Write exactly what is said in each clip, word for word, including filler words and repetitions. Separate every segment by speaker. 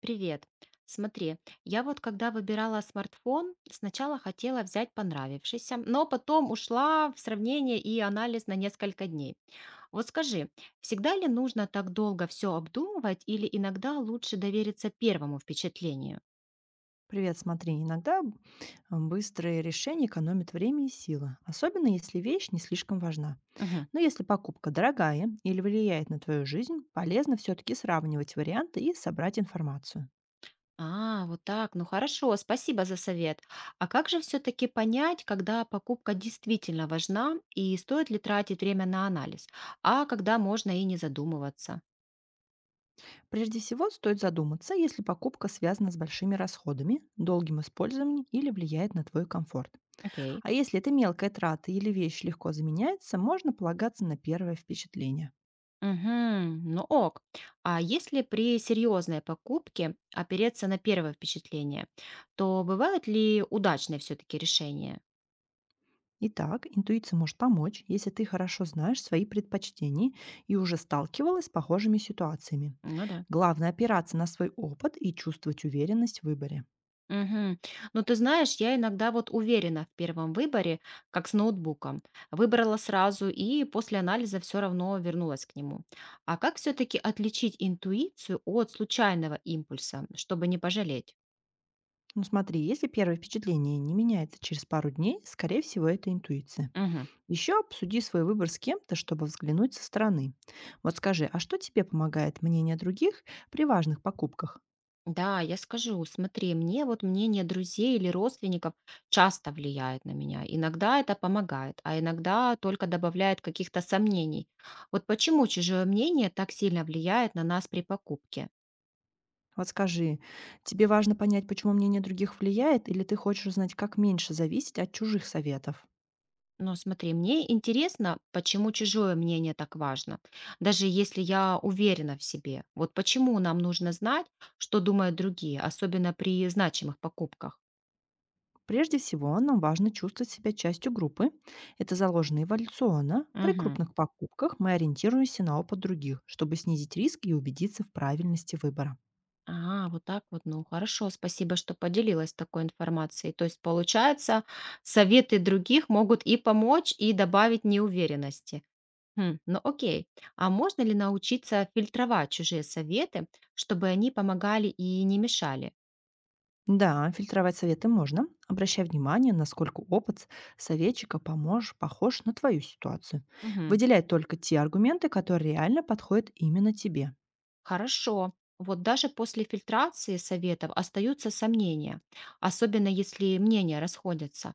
Speaker 1: Привет. Смотри, я вот когда выбирала смартфон, сначала хотела взять понравившийся, но потом ушла в сравнение и анализ на несколько дней. Вот скажи, всегда ли нужно так долго все обдумывать или иногда лучше довериться первому впечатлению?
Speaker 2: Привет, смотри, иногда быстрые решения экономят время и силы, особенно если вещь не слишком важна.
Speaker 1: Мгм.
Speaker 2: Но если покупка дорогая или влияет на твою жизнь, полезно все-таки сравнивать варианты и собрать информацию.
Speaker 1: А, вот так, ну хорошо, спасибо за совет. А как же все-таки понять, когда покупка действительно важна и стоит ли тратить время на анализ, а когда можно и не задумываться?
Speaker 2: Прежде всего, стоит задуматься, если покупка связана с большими расходами, долгим использованием или влияет на твой комфорт.
Speaker 1: Окей.
Speaker 2: А если это мелкая трата или вещь легко заменяется, можно полагаться на первое впечатление.
Speaker 1: Мгм. Ну ок. А если при серьезной покупке опереться на первое впечатление, то бывают ли удачные все-таки решения?
Speaker 2: Итак, интуиция может помочь, если ты хорошо знаешь свои предпочтения и уже сталкивалась с похожими ситуациями.
Speaker 1: Ну да.
Speaker 2: Главное опираться на свой опыт и чувствовать уверенность в выборе.
Speaker 1: Мгм. Ну ты знаешь, я иногда вот уверена в первом выборе, как с ноутбуком. Выбрала сразу и после анализа все равно вернулась к нему. А как все-таки отличить интуицию от случайного импульса, чтобы не пожалеть?
Speaker 2: Ну смотри, если первое впечатление не меняется через пару дней, скорее всего, это интуиция. Еще обсуди свой выбор с кем-то, чтобы взглянуть со стороны. Вот скажи, а что тебе помогает мнение других при важных покупках?
Speaker 1: Да, я скажу, смотри, мне вот мнение друзей или родственников часто влияет на меня. Иногда это помогает, а иногда только добавляет каких-то сомнений. Вот почему чужое мнение так сильно влияет на нас при покупке?
Speaker 2: Вот скажи, тебе важно понять, почему мнение других влияет, или ты хочешь узнать, как меньше зависеть от чужих советов?
Speaker 1: Ну, смотри, мне интересно, почему чужое мнение так важно, даже если я уверена в себе. Вот почему нам нужно знать, что думают другие, особенно при значимых покупках.
Speaker 2: Прежде всего, нам важно чувствовать себя частью группы. Это заложено эволюционно. При крупных покупках мы ориентируемся на опыт других, чтобы снизить риск и убедиться в правильности выбора.
Speaker 1: А, вот так вот. Ну, хорошо, спасибо, что поделилась такой информацией. То есть, получается, советы других могут и помочь, и добавить неуверенности. Хм, ну окей. А можно ли научиться фильтровать чужие советы, чтобы они помогали и не мешали?
Speaker 2: Да, фильтровать советы можно, обращая внимание, насколько опыт советчика поможет, похож на твою ситуацию.
Speaker 1: Мгм.
Speaker 2: Выделяй только те аргументы, которые реально подходят именно тебе.
Speaker 1: Хорошо. Вот даже после фильтрации советов остаются сомнения, особенно если мнения расходятся.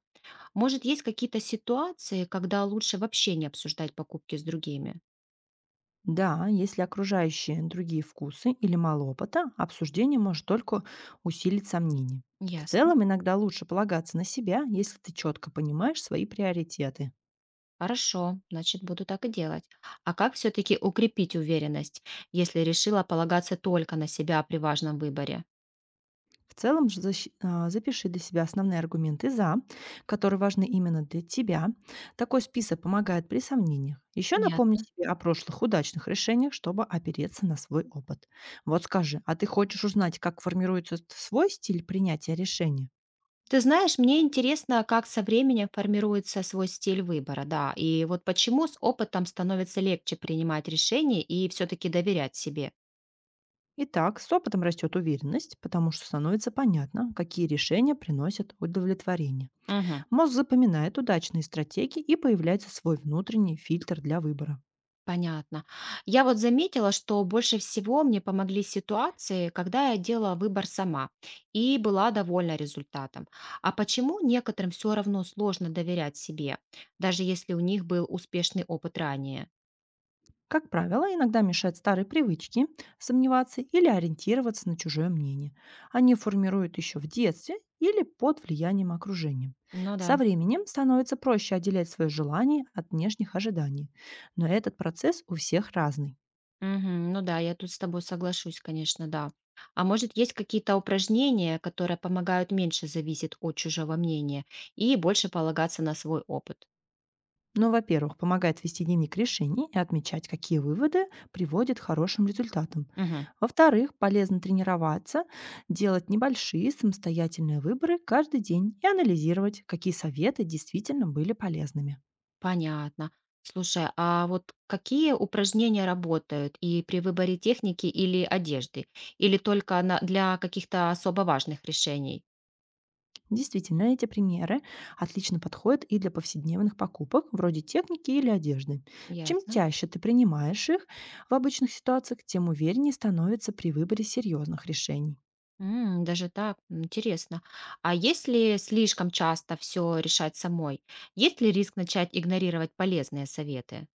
Speaker 1: Может, есть какие-то ситуации, когда лучше вообще не обсуждать покупки с другими?
Speaker 2: Да, если окружающие другие вкусы или мало опыта, обсуждение может только усилить сомнения. В
Speaker 1: Ясно.
Speaker 2: целом, иногда лучше полагаться на себя, если ты четко понимаешь свои приоритеты.
Speaker 1: Хорошо, значит, буду так и делать. А как все-таки укрепить уверенность, если решила полагаться только на себя при важном выборе?
Speaker 2: В целом, ж- защ- а, запиши для себя основные аргументы «за», которые важны именно для тебя. Такой список помогает при сомнениях. Еще напомни
Speaker 1: Понятно.
Speaker 2: себе о прошлых удачных решениях, чтобы опереться на свой опыт. Вот скажи, а ты хочешь узнать, как формируется т- свой стиль принятия решения?
Speaker 1: Ты знаешь, мне интересно, как со временем формируется свой стиль выбора, да, и вот почему с опытом становится легче принимать решения и все-таки доверять себе.
Speaker 2: Итак, с опытом растет уверенность, потому что становится понятно, какие решения приносят удовлетворение.
Speaker 1: Мгм.
Speaker 2: Мозг запоминает удачные стратегии и появляется свой внутренний фильтр для выбора.
Speaker 1: Понятно. Я вот заметила, что больше всего мне помогли ситуации, когда я делала выбор сама и была довольна результатом. А почему некоторым все равно сложно доверять себе, даже если у них был успешный опыт ранее?
Speaker 2: Как правило, иногда мешают старые привычки сомневаться или ориентироваться на чужое мнение. Они формируют еще в детстве или под влиянием окружения.
Speaker 1: Ну
Speaker 2: Со
Speaker 1: да.
Speaker 2: временем становится проще отделять свои желания от внешних ожиданий. Но этот процесс у всех разный.
Speaker 1: Мгм. Ну да, я тут с тобой соглашусь, конечно, да. А может, есть какие-то упражнения, которые помогают меньше зависеть от чужого мнения и больше полагаться на свой опыт?
Speaker 2: Но, во-первых, помогает вести дневник решений и отмечать, какие выводы приводят к хорошим результатам.
Speaker 1: Мгм.
Speaker 2: Во-вторых, полезно тренироваться, делать небольшие самостоятельные выборы каждый день и анализировать, какие советы действительно были полезными.
Speaker 1: Понятно. Слушай, а вот какие упражнения работают и при выборе техники или одежды? Или только на- для каких-то особо важных решений?
Speaker 2: Действительно, эти примеры отлично подходят и для повседневных покупок, вроде техники или одежды. Чем
Speaker 1: Ясно.
Speaker 2: чаще ты принимаешь их в обычных ситуациях, тем увереннее становится при выборе серьезных решений.
Speaker 1: М, даже так, интересно. А если слишком часто все решать самой, есть ли риск начать игнорировать полезные советы?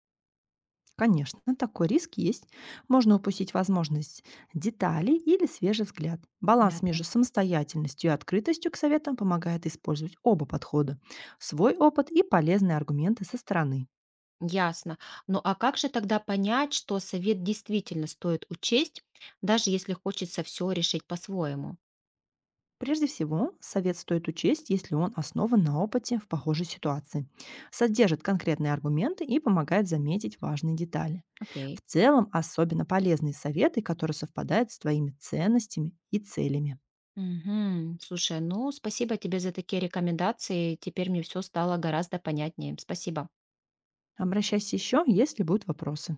Speaker 2: Конечно, такой риск есть. Можно упустить возможность деталей или свежий взгляд. Баланс между
Speaker 1: Понятно.
Speaker 2: самостоятельностью и открытостью к советам помогает использовать оба подхода — свой опыт и полезные аргументы со стороны.
Speaker 1: Ясно. Ну а как же тогда понять, что совет действительно стоит учесть, даже если хочется все решить по-своему?
Speaker 2: Прежде всего, совет стоит учесть, если он основан на опыте в похожей ситуации, содержит конкретные аргументы и помогает заметить важные детали. В
Speaker 1: Окей.
Speaker 2: целом, особенно полезные советы, которые совпадают с твоими ценностями и целями.
Speaker 1: Мгм. Слушай, ну спасибо тебе за такие рекомендации. Теперь мне все стало гораздо понятнее. Спасибо.
Speaker 2: Обращайся еще, если будут вопросы.